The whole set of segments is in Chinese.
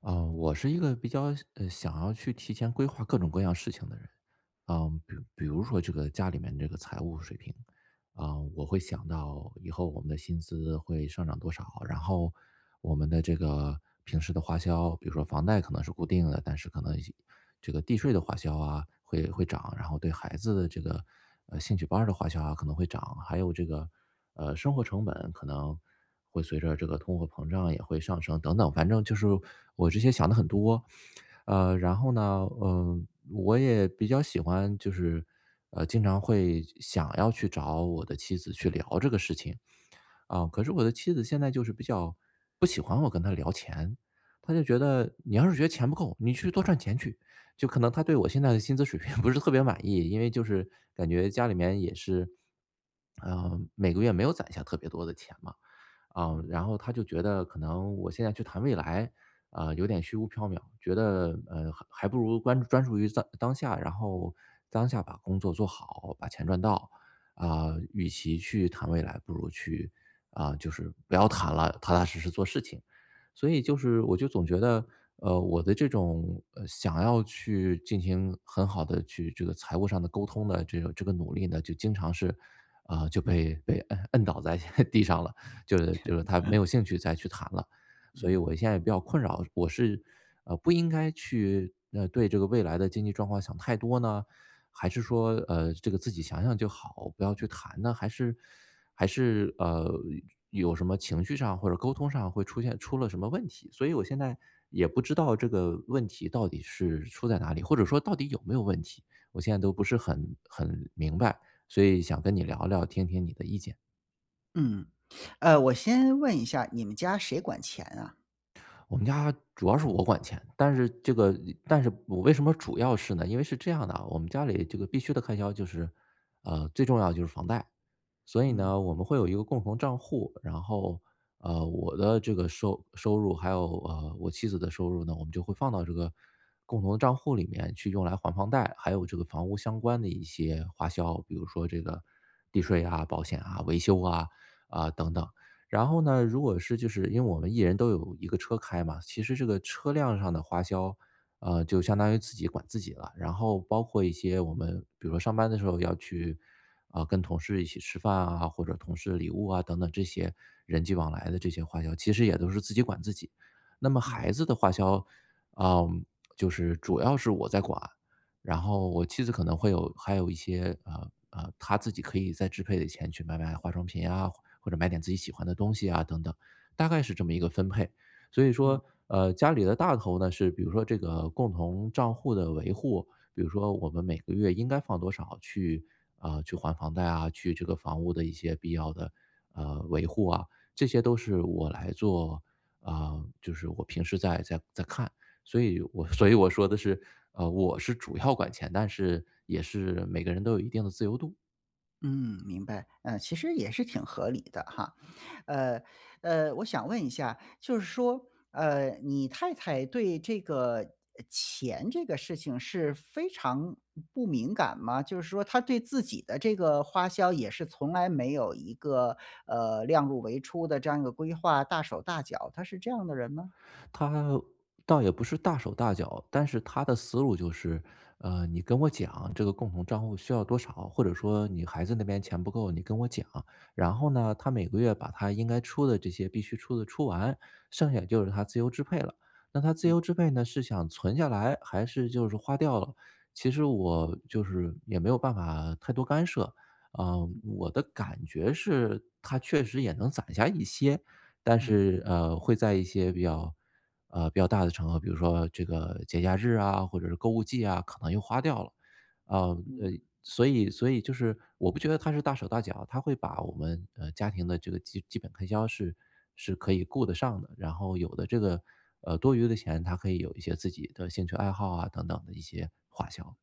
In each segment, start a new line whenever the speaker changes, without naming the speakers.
啊，我是一个比较想要去提前规划各种各样事情的人，嗯，比如说这个家里面这个财务水平，啊，我会想到以后我们的薪资会上涨多少，然后我们的这个平时的花销，比如说房贷可能是固定的，但是可能这个地税的花销啊会涨，然后对孩子的这个兴趣班儿的花销啊可能会涨，还有这个生活成本可能会随着这个通货膨胀也会上升等等，反正就是我这些想的很多，然后呢，嗯、我也比较喜欢就是经常会想要去找我的妻子去聊这个事情。啊，可是我的妻子现在就是比较不喜欢我跟她聊钱，她就觉得你要是觉得钱不够，你去多赚钱去，就可能他对我现在的薪资水平 不是特别满意，因为就是感觉家里面也是，呃，每个月没有攒下特别多的钱嘛。啊，
嗯
然后他就觉得可能我现在去谈未来，啊，有点虚无缥缈，觉得还不如关专注于当下，然后当下把工作做好，把钱赚到，啊，与其去谈未来，不如去啊，就是不要谈了，踏踏实实做事情。所以就是我就总觉得，呃，我的这种想要去进行很好的去这个财务上的沟通的这个努力呢，就经常是，啊、就被摁倒在 地上了。就是他没有 兴趣再去谈了。所以
嗯，
我现在也比较困扰，我是不应该去对这个未来的经济状况想太多呢，还是说这个自己想想就好，不要去谈呢？还是还是有什么情绪上或者沟通上会出现出了什么问题？所以我现在也不知道这个问题到底是出在哪里，或者说到底有没有问题，我现在都不是很明白，所以想跟你聊聊，听听你的意见。
嗯，我先问一下，你们家谁管钱啊？
我们家主要是我管钱，但是这个但是我为什么主要是呢？因为是这样的啊，我们家里这个必须的开销就是，呃，最重要的就是房贷，所以
嗯，
呢，我们会有一个共同账户，然后，呃，我的这个收入还有我妻子的收入呢，我们就会放到这个共同的账户里面去用来还房贷，还有这个房屋相关的一些花销，比如说这个地税啊、保险啊、维修啊、等等。然后呢，如果是就是因为我们一人都有一个车开嘛，其实这个车辆上的花销，呃，就相当于自己管自己了。然后包括一些我们比如说上班的时候要去，啊、跟同事一起吃饭啊，或者同事的礼物啊等等这些人际往来的这些花销，其实也都是自己管自己。那么
嗯，
孩子的花销，啊、就是主要是我在管，然后我妻子可能会有还有一些，她自己可以再支配的钱去买化妆品啊，或者买点自己喜欢的东西啊等等，大概是这么一个分配。所以
嗯，
说，呃，家里的大头呢，是比如说这个共同账户的维护，比如说我们每个月应该放多少去，啊，去还房贷啊，去这个房屋的一些必要的，呃，维护啊，这些都是我来做，啊，就是我平时在看。所以我说的是，呃，我是主要管钱，但是也是每个人都有一定的自由度。
嗯，明白，其实也是挺合理的哈。呃，我想问一下，就是说，你太太对这个钱这个事情是非常不敏感吗？就是说她对自己的这个花销也是从来没有一个，量入为出的这样一个规划，大手大脚，她是这样的人吗？
他倒也不是大手大脚，但是他的思路就是，呃，你跟我讲这个共同账户需要多少，或者说你孩子那边钱不够，你跟我讲。然后呢，他每个月把他应该出的这些必须出的出完，剩下就是他自由支配了。那他自由支配呢，是想存下来，还是就是花掉了？其实我就是也没有办法太多干涉。啊、我的感觉是，他确实也能攒下一些，但
嗯。
是，呃，会在一些比较比较大的场合，比如说这个节假日啊，或者是购物季啊，可能又花掉了。啊，呃，所以就是我不觉得他是大手大脚，他会把我们，呃，家庭的这个基本开销是可以顾得上的，然后有的这个，呃，多余的钱，他可以有一些自己的兴趣爱好啊，等等的一些花销。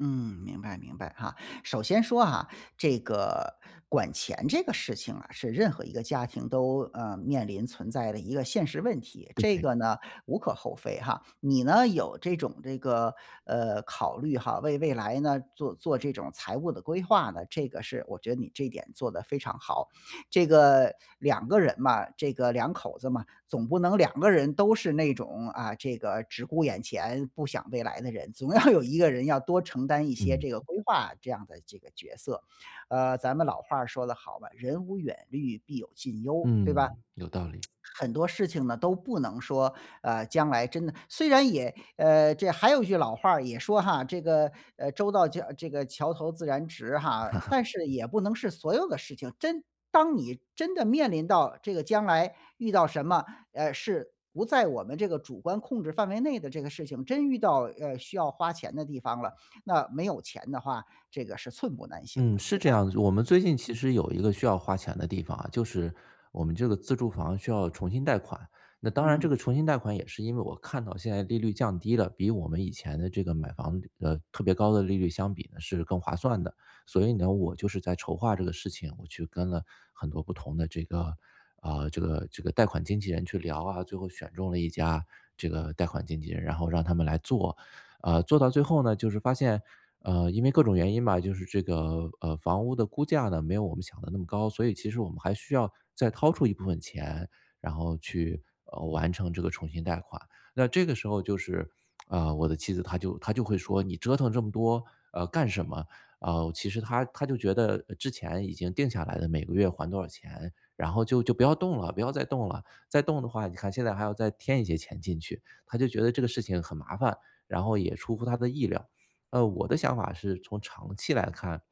嗯，明白明白哈。首先说哈，这个管钱这个事情啊，是任何一个家庭都面临存在的一个现实问题，这个呢无可厚非哈。你呢有这种这个考虑哈，为未来呢做做这种财务的规划呢，这个是我觉得你这一点做得非常好。这个两个人嘛，这个两口子嘛，总不能两个人都是那种啊，这个只顾眼前不想未来的人，总要有一个人要多承担一些
嗯。
这个规划这样的这个角色。咱们老话儿说得好吧，人无远虑，必有近忧，对吧？
嗯，有道理。
很多事情呢都不能说，将来真的虽然也这还有一句老话儿也说哈，这个，“周到桥这个桥头自然直"哈，但是也不能是所有的事情，真当你真的面临到这个将来遇到什么，是不在我们这个主观控制范围内的这个事情，真遇到，需要花钱的地方了，那没有钱的话，这个是寸步难行
嗯，
的，
是
对
这
吧？
样子。我们最近其实有一个需要花钱的地方啊，就是我们这个自住房需要重新贷款。那当然，
嗯，
这个重新贷款也是因为我看到现在利率降低了，比我们以前的这个买房特别高的利率相比呢是更划算的。所以呢，我就是在筹划这个事情，我去跟了很多不同的这个这个贷款经纪人去聊啊，最后选中了一家这个贷款经纪人，然后让他们来做。呃，做到最后呢，就是发现呃，因为各种原因吧，就是这个，呃，房屋的估价呢，没有我们想的那么高，所以其实我们还需要再掏出一部分钱，然后去，呃，完成这个重新贷款。那这个时候就是，呃，我的妻子她就会说：“你折腾这么多，呃，干什么？”呃，其实她就觉得之前已经定下来的每个月还多少钱，然后就不要动了，不要再动了，再动的话，你看现在还要再添一些钱进去，她就觉得这个事情很麻烦，然后也出乎她的意料。呃，我的想法是从长期来看，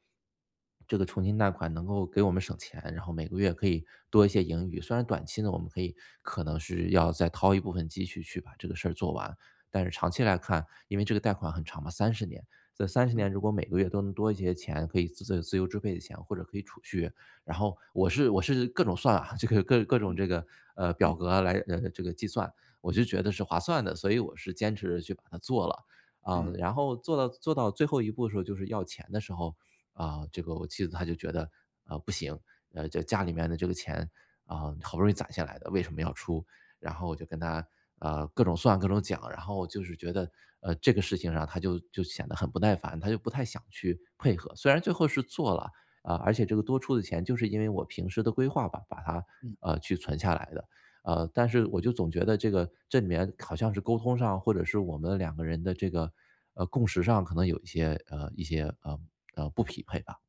这个重新贷款能够给我们省钱，然后每个月可以多一些盈余。虽然短期呢，我们可能是要再掏一部分积蓄去把这个事儿做完，但是长期来看，因为这个贷款很长嘛，三十年，这三十
嗯，
年如果每个月都能多一些钱，可以自由支配的钱，或者可以储蓄，然后我是各种算啊，这个各种这个
嗯，
表
嗯。
格来这个计算，我就觉得是划算的，所以我是坚持去把它做了。啊，
嗯
然后做到最后一步的时候，就是要钱的时候，啊，这个我妻子她就觉得，呃，不行，呃，这家里面的这个钱啊，好不容易攒下来的，为什么要出？然后我就跟她各种算各种讲，然后就是觉得，呃，这个事情上她就显得很不耐烦，她就不太想去配合。虽然最后是做了，啊，而且这个多出的钱就是因为我平时的规划吧，把它去存下来的。呃，但是我就总觉得这个这里面好像是沟通上，或者是我们两个人的这个共识上，可能有一些不匹配吧。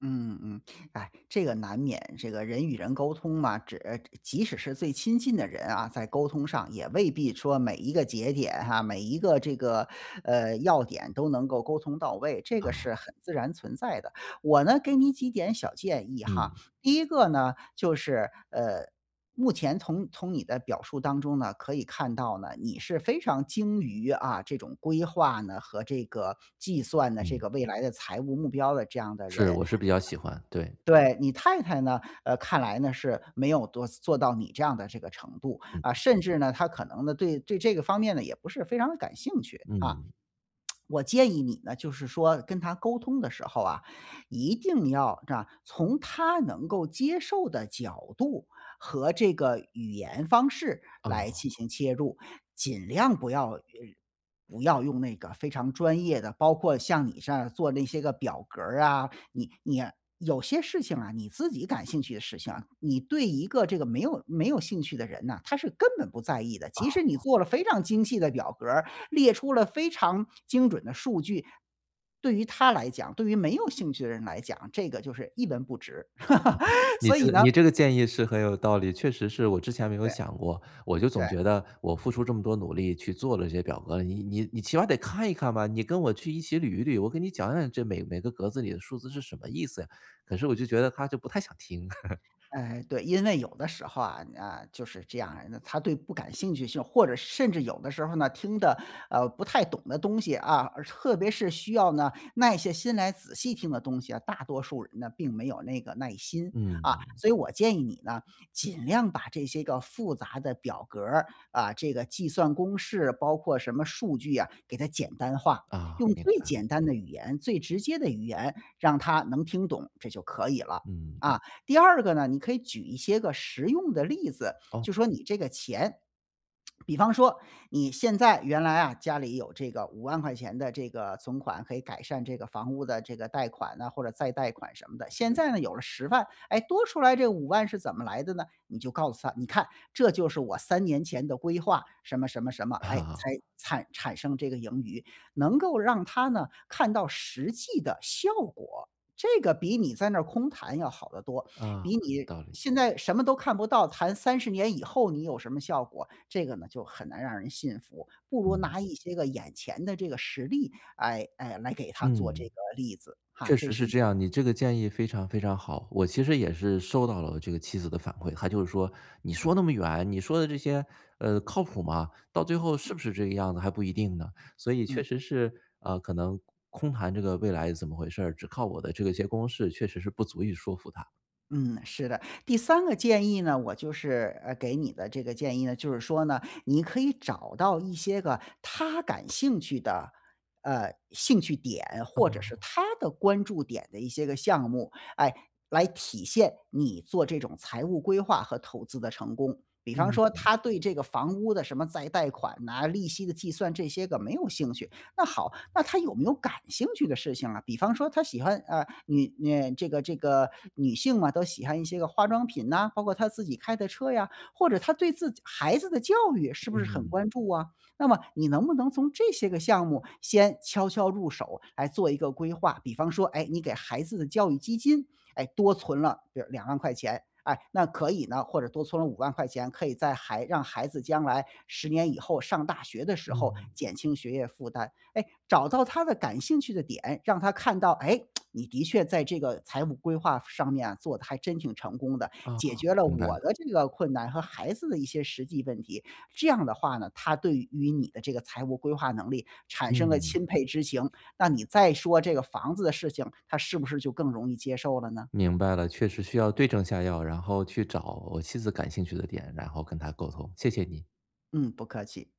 嗯嗯，哎，这个难免，这个人与人沟通嘛，即使是最亲近的人啊，在沟通上也未必说每一个节点哈、每一个这个要点都能够沟通到位，这个是很自然存在的。我呢，给你几点小建议哈。
嗯
第一个呢，就是目前从你的表述当中呢，可以看到呢，你是非常精于啊这种规划呢和这个计算的这
嗯，
个未来的财务目标的这样的人，
是，我是比较喜欢，对，
对，你太太呢，看来呢是没有多做到你这样的这个程度，啊，
嗯
甚至呢，她可能呢对这个方面呢也不是非常的感兴趣，啊。
嗯。
我建议你呢，就是说跟她沟通的时候啊，一定要这样，从她能够接受的角度和这个语言方式来
啊，
进行切入，尽量不要用那个非常专业的，包括像你这样做那些个表格儿啊，你有些事情啊，你自己感兴趣的事情啊，你对一个这个没有兴趣的人呐，他是根本不在意的。即使你做了非常精细的表格儿列出了非常精准的数据，对于他来讲，对于没有兴趣的人来讲，这个就是一文不值。
你
所
这
以
个
呢
你这个建议是很有道理，确实是我之前没有
对，
想过，我就总
对。
觉得我付出这么多努力去做了这些表格，你起码得看一看吧，你跟我去一起捋一捋，我给你讲讲这每个格子里的数字是什么意思呀？可是我就觉得他就不太想听，
哎，对，因为有的时候啊，啊，就是这样，那他对不感兴趣性，或者甚至有的时候呢，听的不太懂的东西啊，而特别是需要呢耐下心来仔细听的东西啊，大多数人呢并没有那个耐心啊，
嗯。
所以我建议你呢，尽量把这些个复杂的表格儿啊，这个计算公式，包括什么数据啊，给它简单化。
啊，
用
明
最
白，
简单的语言、最直接的语言，让他能听懂，这就可以了
嗯，
啊。第二个呢，你可以举一些个实用的例子，
哦，
就说你这个钱比方说，你现在原来啊，家里有这个五万块钱的这个存款，可以改善这个房屋的这个贷款呐、或者再贷款什么的。现在呢，有了10万，哎，多出来这五万是怎么来的呢？你就告诉他，你看，这就是我3年前的规划，什么什么什么，哎，
哈，
才产生这个盈余，能够让他呢看到实际的效果。这个比你在那儿空谈要好得多。
啊，有
比你
道理，
现在什么都看不到，谈30年以后你有什么效果，这个呢就很难让人信服。不如
嗯，
拿一些个眼前的这个实例，哎哎，来给他做这
嗯，
个例子，哈，
确
这
实是
是
这样，你这个建议非常非常好。我其实也是收到了这个妻子的反馈，她就是说：“你说那么远，你说的这些，呃，靠谱吗？到最后是不是这个样子还不一定呢。”所以确
嗯。
实是，呃，可能空谈这个未来怎么回事儿，只靠我的这个些公式确实是不足以说服她。
嗯，是的。第三个建议呢，我就是给你的这个建议呢，就是说呢，你可以找到一些个他感兴趣的兴趣点，或者是他的关注点的一些个项目，哎，来体现你做这种财务规划和投资的成功。比方说，
嗯，
他对这个房屋的什么再贷款呐、利息的计算这些个没有兴趣，那好，那他有没有感兴趣的事情啊？比方说他喜欢啊、呃女呃这个女性嘛，都喜欢一些个化妆品呐、包括他自己开的车呀，或者他对自己孩子的教育是不是很关注啊？那么你能不能从这些个项目先悄悄入手来做一个规划？比方说，哎，你给孩子的教育基金，哎，多存了比如2万块钱。哎，那可以呢，或者多存了五万块钱，可以让孩子将来十年以后上大学的时候
嗯，
减轻学业负担。哎，找到他的感兴趣的点，让他看到，哎，你的确在这个财务规划上面啊，做的还真挺成功的，
啊，
解决了
明白了，
我的这个困难和孩子的一些实际问题。这样的话呢，他对于你的这个财务规划能力产生了
嗯。
钦佩之情，那你再说这个房子的事情，他是不是就更容易接受了呢？
明白了，确实需要对症下药，然后去找我妻子感兴趣的点，然后跟她沟通。谢谢你。
嗯，不客气。